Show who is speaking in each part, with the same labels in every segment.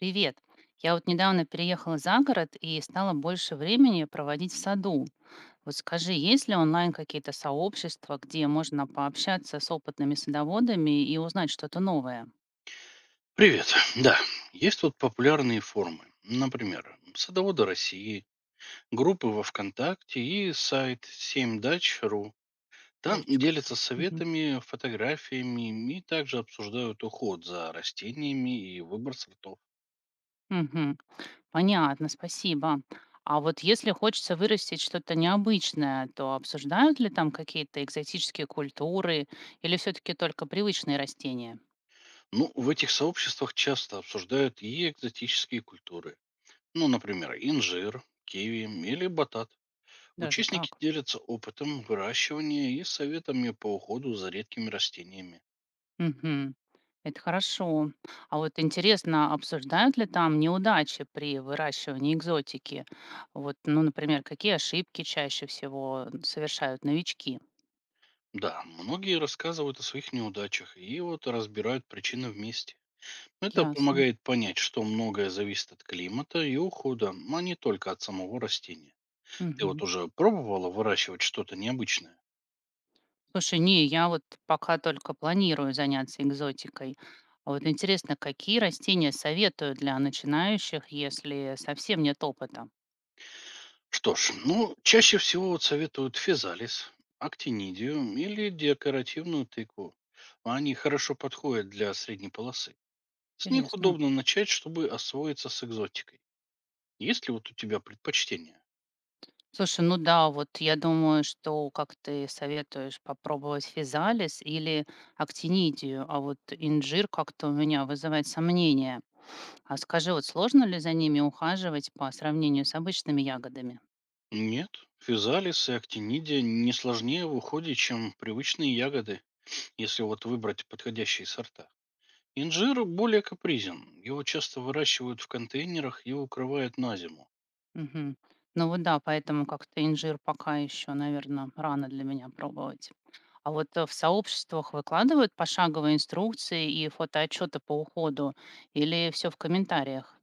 Speaker 1: Привет. Я вот недавно переехала за город и стала больше времени проводить в саду. Вот скажи, есть ли онлайн какие-то сообщества, где можно пообщаться с опытными садоводами и узнать что-то новое?
Speaker 2: Привет. Да, есть тут популярные форумы. Например, «Садоводы России», группы во ВКонтакте и сайт 7дач.ру. Там
Speaker 1: Точка
Speaker 2: делятся
Speaker 1: там. Мгм.
Speaker 2: советами, фотографиями и также обсуждают уход за растениями и выбор сортов.
Speaker 1: Мгм. Понятно, спасибо. А вот если хочется вырастить что-то необычное, то обсуждают ли там какие-то экзотические культуры или все-таки только привычные растения?
Speaker 2: Ну, в этих сообществах часто обсуждают и экзотические культуры. Ну, например, инжир, киви или батат.
Speaker 1: Даже
Speaker 2: Участники
Speaker 1: так.
Speaker 2: делятся опытом выращивания и советами по уходу за редкими растениями.
Speaker 1: Мгм. Это хорошо. А вот интересно, а обсуждают ли там неудачи при выращивании экзотики? Вот, ну, например, какие ошибки чаще всего совершают новички?
Speaker 2: Да, многие рассказывают о своих неудачах и вот разбирают причины вместе. Это
Speaker 1: Ясно.
Speaker 2: помогает понять, что многое зависит от климата и ухода, а не только от самого растения. Ты вот
Speaker 1: Мгм.
Speaker 2: уже пробовала выращивать что-то необычное?
Speaker 1: Слушай, не, я вот пока только планирую заняться экзотикой. А вот интересно, какие растения советую для начинающих, если совсем нет опыта?
Speaker 2: Что ж, ну, чаще всего вот советуют физалис, актинидию или декоративную тыкву. Они хорошо подходят для средней полосы. С них
Speaker 1: Интересно.
Speaker 2: удобно начать, чтобы освоиться с экзотикой. Есть ли вот у тебя предпочтение?
Speaker 1: Слушай, ну да, вот я думаю, что, как ты советуешь, попробовать физалис или актинидию, а вот инжир как-то у меня вызывает сомнения. А скажи, вот сложно ли за ними ухаживать по сравнению с обычными ягодами?
Speaker 2: Нет, физалис и актинидия не сложнее в уходе, чем привычные ягоды, если вот выбрать подходящие сорта. Инжир более капризен. Его часто выращивают в контейнерах и укрывают на зиму.
Speaker 1: Мгм. Ну вот да, поэтому как-то инжир пока еще, наверное, рано для меня пробовать. А вот в сообществах выкладывают пошаговые инструкции и фотоотчеты по уходу или все в комментариях?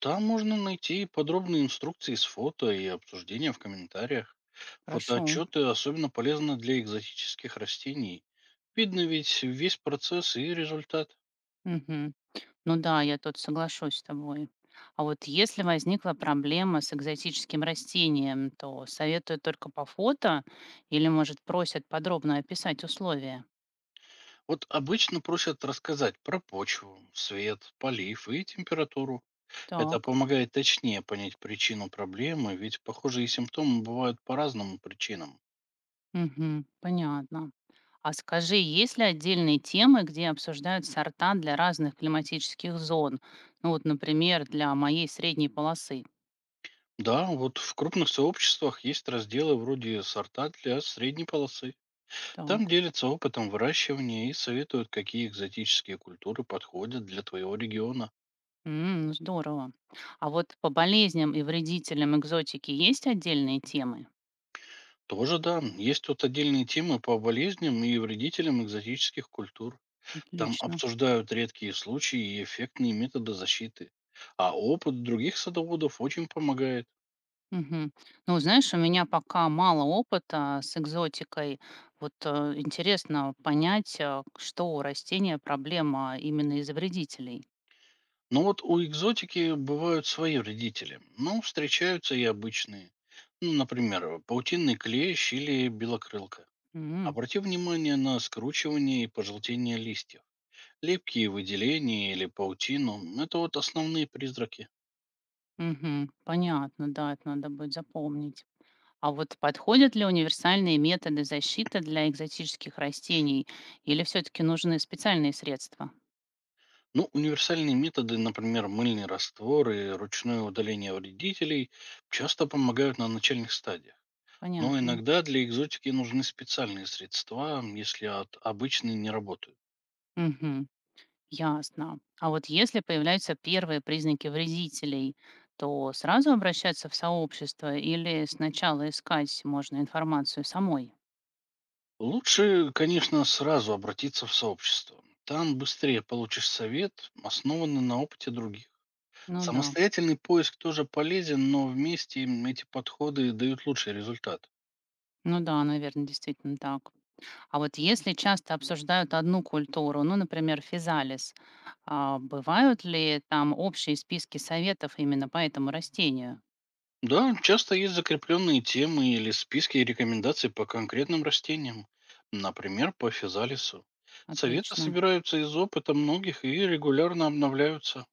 Speaker 2: Там можно найти и подробные инструкции с фото и обсуждения в комментариях.
Speaker 1: Прошу.
Speaker 2: Фотоотчеты особенно полезны для экзотических растений. Видно ведь весь процесс и результат.
Speaker 1: Мгм. Ну да, я тут соглашусь с тобой. А вот если возникла проблема с экзотическим растением, то советуют только по фото или, может, просят подробно описать условия?
Speaker 2: Вот обычно просят рассказать про почву, свет, полив и температуру. Это
Speaker 1: Так,
Speaker 2: помогает точнее понять причину проблемы, ведь похожие симптомы бывают по разным причинам.
Speaker 1: мгм, понятно. А скажи, есть ли отдельные темы, где обсуждают сорта для разных климатических зон? Ну вот, например, для моей средней полосы.
Speaker 2: Да, вот в крупных сообществах есть разделы вроде сорта для средней полосы. Там
Speaker 1: Так,
Speaker 2: делятся опытом выращивания и советуют, какие экзотические культуры подходят для твоего региона.
Speaker 1: м, здорово. А вот по болезням и вредителям экзотики есть отдельные темы?
Speaker 2: Тоже да, есть тут отдельные темы по болезням и вредителям экзотических культур. Там
Speaker 1: Отлично.
Speaker 2: обсуждают редкие случаи и эффектные методы защиты. А опыт других садоводов очень помогает.
Speaker 1: Мгм. Ну, вот знаешь, у меня пока мало опыта с экзотикой. Вот э, интересно понять, что у растения проблема именно из-за вредителей.
Speaker 2: Ну вот у экзотики бывают свои вредители, но встречаются и обычные. Ну, например, паутинный клещ или белокрылка.
Speaker 1: М,
Speaker 2: Обрати внимание на скручивание и пожелтение листьев. Лепкие выделения или паутину– это вот основные призраки.
Speaker 1: мгм. Понятно, да, это надо будет запомнить. А вот подходят ли универсальные методы защиты для экзотических растений, или все-таки нужны специальные средства?
Speaker 2: Ну, универсальные методы, например, мыльный раствор и ручное удаление вредителей, часто помогают на начальных стадиях. Но
Speaker 1: Понятно.
Speaker 2: иногда для экзотики нужны специальные средства, если от обычной не работают.
Speaker 1: Мгм. Ясно. А вот если появляются первые признаки вредителей, то сразу обращаться в сообщество или сначала искать можно информацию самой?
Speaker 2: Лучше, конечно, сразу обратиться в сообщество. Там быстрее получишь совет, основанный на опыте других.
Speaker 1: Ну да.
Speaker 2: Самостоятельный поиск тоже полезен, но вместе им эти подходы дают лучший результат.
Speaker 1: Ну да, наверное, действительно так. А вот если часто обсуждают одну культуру, ну, например, физалис, а бывают ли там общие списки советов именно по этому растению?
Speaker 2: Да, часто есть закрепленные темы или списки рекомендаций по конкретным растениям, например, по физалису. Советы
Speaker 1: Отлично.
Speaker 2: собираются из опыта многих и регулярно обновляются.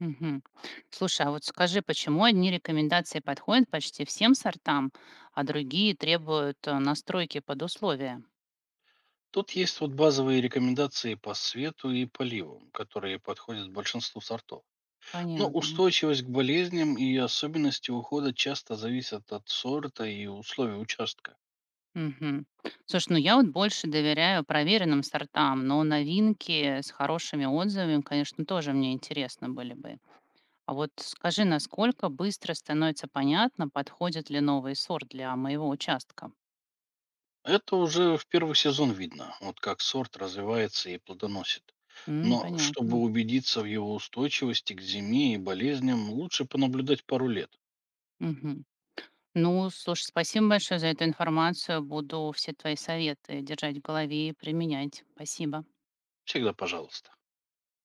Speaker 1: Мгм. Слушай, а вот скажи, почему одни рекомендации подходят почти всем сортам, а другие требуют настройки под условия?
Speaker 2: Тут есть вот базовые рекомендации по свету и поливу, которые подходят большинству сортов. Но
Speaker 1: Понятно.
Speaker 2: устойчивость к болезням и особенности ухода часто зависят от сорта и условий участка.
Speaker 1: Мгм. Слушай, ну я вот больше доверяю проверенным сортам, но новинки с хорошими отзывами, конечно, тоже мне интересно были бы. А вот скажи, насколько быстро становится понятно, подходит ли новый сорт для моего участка?
Speaker 2: Это уже в первый сезон видно, вот как сорт развивается и плодоносит.
Speaker 1: М,
Speaker 2: Но чтобы
Speaker 1: понятно.
Speaker 2: убедиться в его устойчивости к зиме и болезням, лучше понаблюдать пару лет.
Speaker 1: Мгм. Ну, слушай, спасибо большое за эту информацию. Буду все твои советы держать в голове и применять. Спасибо.
Speaker 2: Всегда пожалуйста.